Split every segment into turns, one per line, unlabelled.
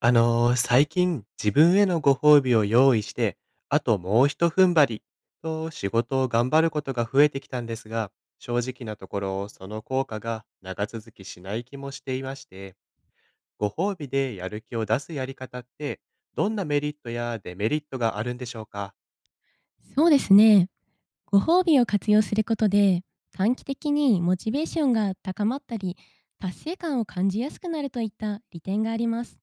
最近自分へのご褒美を用意して、あともう一踏ん張りと仕事を頑張ることが増えてきたんですが、正直なところその効果が長続きしない気もしていまして、ご褒美でやる気を出すやり方って、どんなメリットやデメリットがあるんでしょうか？
そうですね。ご褒美を活用することで、短期的にモチベーションが高まったり、達成感を感じやすくなるといった利点があります。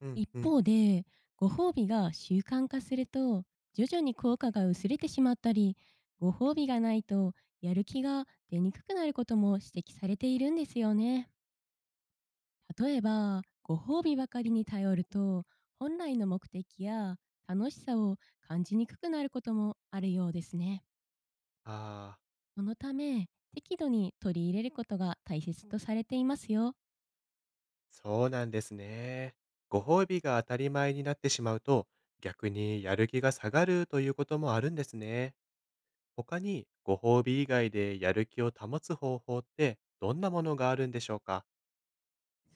うん
一
うん。
方で、ご褒美が習慣化すると、徐々に効果が薄れてしまったり、ご褒美がないとやる気が出にくくなることも指摘されているんですよね。例えば、ご褒美ばかりに頼ると、本来の目的や楽しさを感じにくくなることもあるようですね。
ああ、
そのため、適度に取り入れることが大切とされていますよ。
そうなんですね。ご褒美が当たり前になってしまうと、逆にやる気が下がるということもあるんですね。他にご褒美以外でやる気を保つ方法ってどんなものがあるんでしょうか？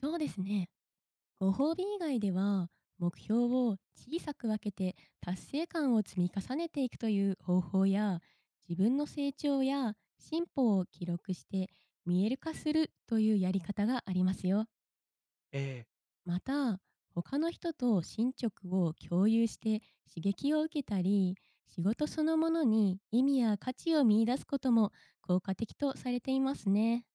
そうですね。ご褒美以外では、目標を小さく分けて達成感を積み重ねていくという方法や、自分の成長や進歩を記録して見える化するというやり方がありますよ。
ええ、
また、他の人と進捗を共有して刺激を受けたり、仕事そのものに意味や価値を見出すことも効果的とされていますね。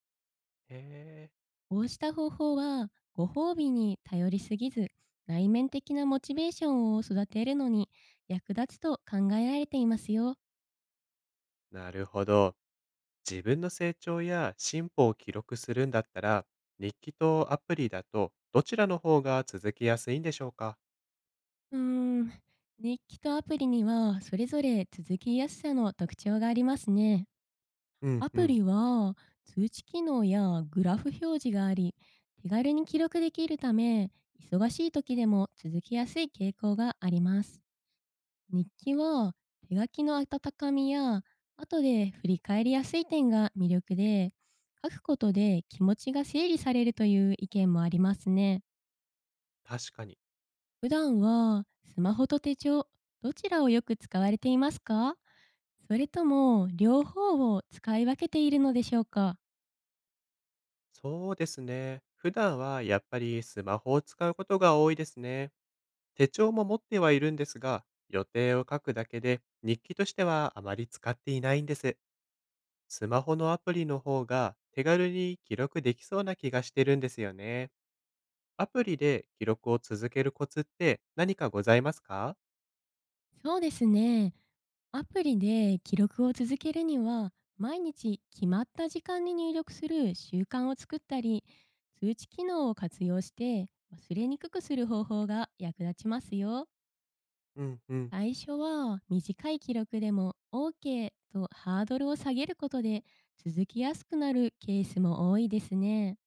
へえ、
こうした方法は、ご褒美に頼りすぎず、内面的なモチベーションを育てるのに役立つと考えられていますよ。
なるほど。自分の成長や進歩を記録するんだったら、日記とアプリだとどちらの方が続きやすいんでしょうか？
うーん、日記とアプリにはそれぞれ続きやすさの特徴がありますね。
うん
ア
う
プ
ん。
リは通知機能やグラフ表示があり、手軽に記録できるため、忙しい時でも続きやすい傾向があります。日記は手書きの温かみや、後で振り返りやすい点が魅力で、書くことで気持ちが整理されるという意見もありますね。
確かに。
普段は、スマホと手帳、どちらをよく使われていますか？それとも、両方を使い分けているのでしょうか？
そうですね。普段はやっぱりスマホを使うことが多いですね。手帳も持ってはいるんですが、予定を書くだけで日記としてはあまり使っていないんです。スマホのアプリの方が手軽に記録できそうな気がしてるんですよね。アプリで記録を続けるコツって何かございますか？
そうですね。アプリで記録を続けるには、毎日決まった時間に入力する習慣を作ったり、通知機能を活用して忘れにくくする方法が役立ちますよ。
うんうん。
最初は短い記録でも OK とハードルを下げることで、続きやすくなるケースも多いですね。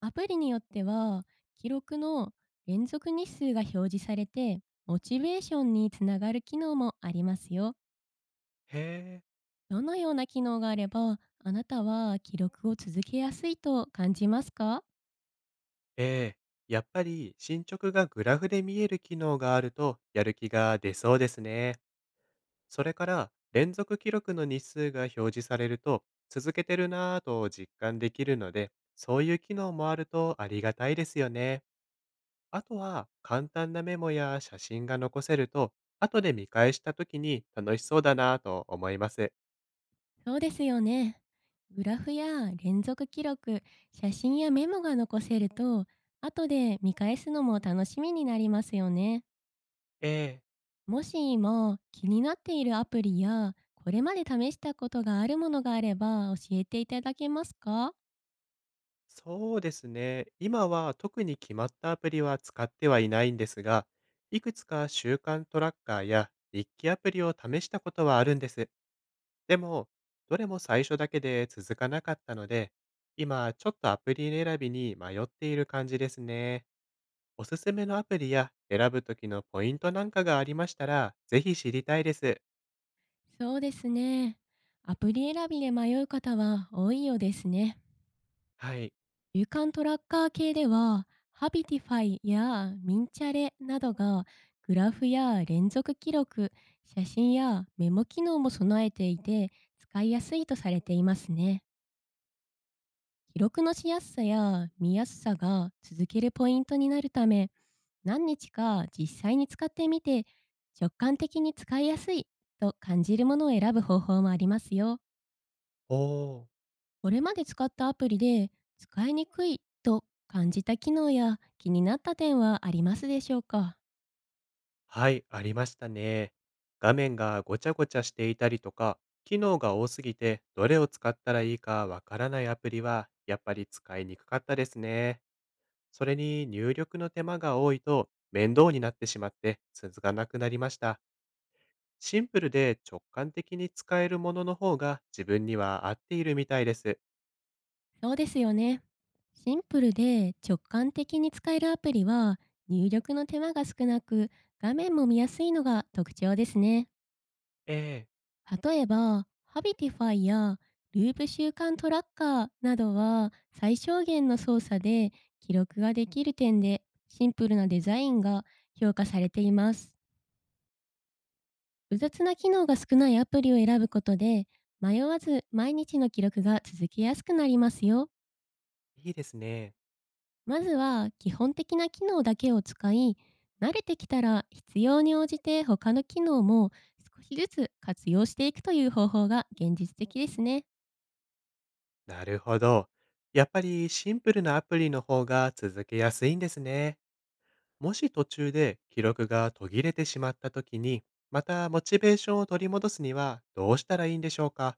アプリによっては、記録の連続日数が表示されてモチベーションにつながる機能もありますよ。
へえ。
どのような機能があれば、あなたは記録を続けやすいと感じますか？
ええ。やっぱり進捗がグラフで見える機能があるとやる気が出そうですね。それから連続記録の日数が表示されると続けてるなぁと実感できるので、そういう機能もあるとありがたいですよね。あとは、簡単なメモや写真が残せると、後で見返した時に楽しそうだなぁと思います。
そうですよね。グラフや連続記録、写真やメモが残せると、後で見返すのも楽しみになりますよね。
ええ。
もし今気になっているアプリや、これまで試したことがあるものがあれば、教えていただけますか？
そうですね。今は特に決まったアプリは使ってはいないんですが、いくつか習慣トラッカーや日記アプリを試したことはあるんです。でも、どれも最初だけで続かなかったので、今ちょっとアプリ選びに迷っている感じですね。おすすめのアプリや選ぶときのポイントなんかがありましたら、ぜひ知りたいです。
そうですね。アプリ選びで迷う方は多いようですね。
はい。
有感トラッカー系では、ハビティファイやミンチャレなどが、グラフや連続記録、写真やメモ機能も備えていて、使いやすいとされていますね。記録のしやすさや見やすさが続けるポイントになるため、何日か実際に使ってみて、直感的に使いやすいと感じるものを選ぶ方法もありますよ。
おー。
これまで使ったアプリで、使いにくいと感じた機能や気になった点はありますでしょうか？
はい、ありましたね。画面がごちゃごちゃしていたりとか、機能が多すぎて、どれを使ったらいいかわからないアプリは、やっぱり使いにくかったですね。それに入力の手間が多いと、面倒になってしまって、続かなくなりました。シンプルで直感的に使えるものの方が自分には合っているみたいです。
そうですよね。シンプルで直感的に使えるアプリは、入力の手間が少なく、画面も見やすいのが特徴ですね。
ええ、
例えば、ハビティファイやループ習慣トラッカーなどは、最小限の操作で記録ができる点で、シンプルなデザインが評価されています。複雑な機能が少ないアプリを選ぶことで、迷わず毎日の記録が続きやすくなりますよ。
いいですね。
まずは基本的な機能だけを使い、慣れてきたら必要に応じて他の機能も少しずつ活用していくという方法が現実的ですね。
なるほど。やっぱりシンプルなアプリの方が続けやすいんですね。もし途中で記録が途切れてしまった時に、またモチベーションを取り戻すにはどうしたらいいんでしょうか？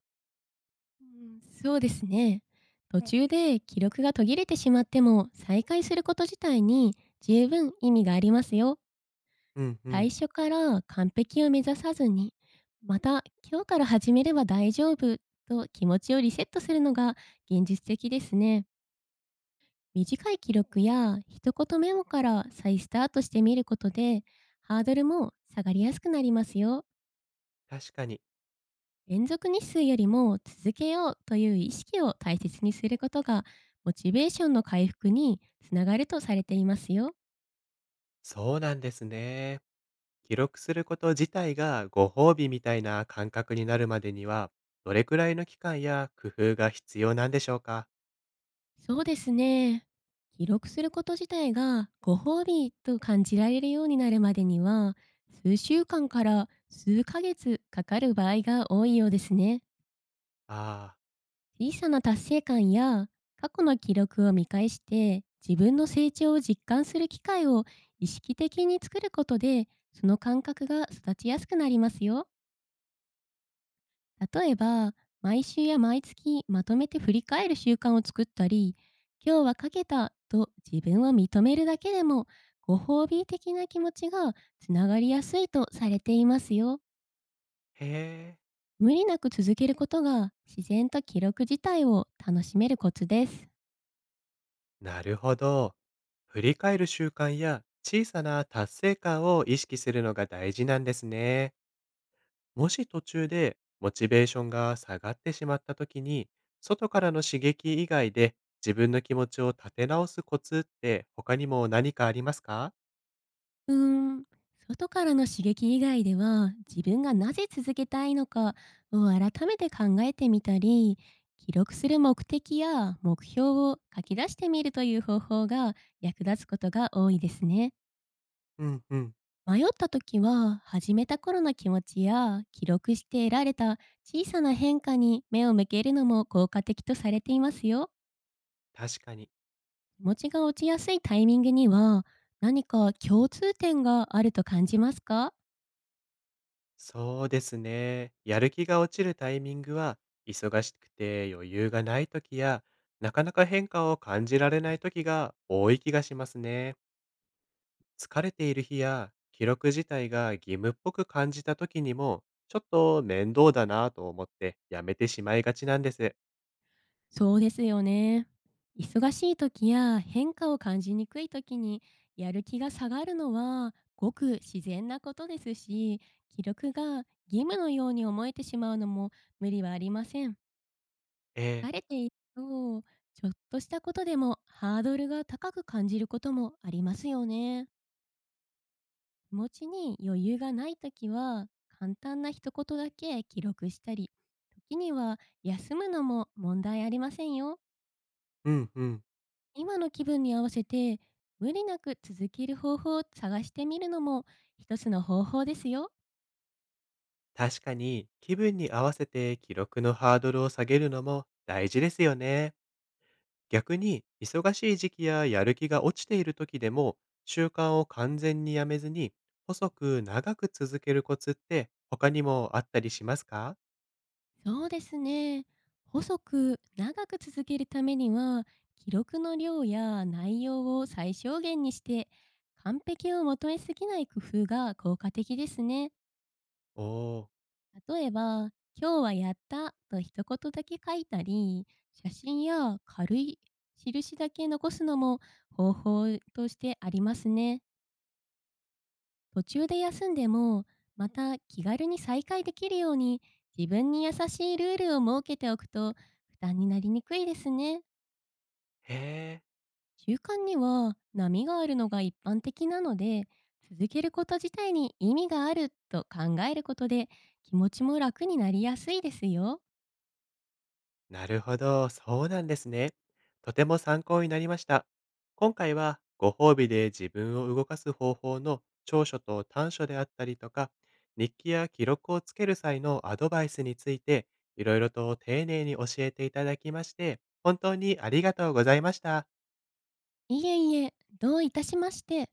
うん、そうですね。途中で記録が途切れてしまっても、再開すること自体に十分意味がありますよ。
うんう
最
ん。
初から完璧を目指さずに、また今日から始めれば大丈夫と気持ちをリセットするのが現実的ですね。短い記録や一言メモから再スタートしてみることで、ハードルも下がりやすくなりますよ。
確かに。
連続日数よりも続けようという意識を大切にすることが、モチベーションの回復につながるとされていますよ。
そうなんですね。記録すること自体がご褒美みたいな感覚になるまでには、どれくらいの期間や工夫が必要なんでしょうか？
そうですね。記録すること自体がご褒美と感じられるようになるまでには、数週間から数ヶ月かかる場合が多いようですね。
ああ
小さな達成感や、過去の記録を見返して自分の成長を実感する機会を意識的に作ることで、その感覚が育ちやすくなりますよ。例えば、毎週や毎月まとめて振り返る習慣を作ったり、今日はかけたと自分を認めるだけでも、ご褒美的な気持ちがつながりやすいとされていますよ。
ー、へえ。
無理なく続けることが、自然と記録自体を楽しめるコツです。
なるほど。振り返る習慣や小さな達成感を意識するのが大事なんですね。もし途中でモチベーションが下がってしまった時に、外からの刺激以外で自分の気持ちを立て直すコツって他にも何かありますか？
うーん、外からの刺激以外では、自分がなぜ続けたいのかを改めて考えてみたり、記録する目的や目標を書き出してみるという方法が役立つことが多いですね。
うんうん。
迷った時は、始めた頃の気持ちや記録して得られた小さな変化に目を向けるのも効果的とされていますよ。
確かに。
気持ちが落ちやすいタイミングには、何か共通点があると感じますか？
そうですね。やる気が落ちるタイミングは、忙しくて余裕がない時や、なかなか変化を感じられない時が多い気がしますね。疲れている日や記録自体が義務っぽく感じた時にも、ちょっと面倒だなぁと思ってやめてしまいがちなんです。
そうですよね。忙しい時や変化を感じにくい時にやる気が下がるのはごく自然なことですし、記録が義務のように思えてしまうのも無理はありません。
ええ、
疲れていると、ちょっとしたことでもハードルが高く感じることもありますよね。気持ちに余裕がない時は、簡単な一言だけ記録したり、時には休むのも問題ありませんよ。
うんうん。
今の気分に合わせて無理なく続ける方法を探してみるのも、一つの方法ですよ。
確かに気分に合わせて記録のハードルを下げるのも大事ですよね。逆に忙しい時期ややる気が落ちている時でも習慣を完全にやめずに細く長く続けるコツって他にもあったりしますか？
そうですね。細く長く続けるためには、記録の量や内容を最小限にして、完璧を求めすぎない工夫が効果的ですね。
おー。
例えば「今日はやった」と一言だけ書いたり、写真や軽い印だけ残すのも方法としてありますね。途中で休んでも、また気軽に再開できるように、自分に優しいルールを設けておくと、負担になりにくいですね。
へえ。
習慣には波があるのが一般的なので、続けること自体に意味があると考えることで、気持ちも楽になりやすいですよ。
なるほど、そうなんですね。とても参考になりました。今回はご褒美で自分を動かす方法の長所と短所であったりとか、日記や記録をつける際のアドバイスについて、いろいろと丁寧に教えていただきまして、本当にありがとうございました。
いえいえ、どういたしまして。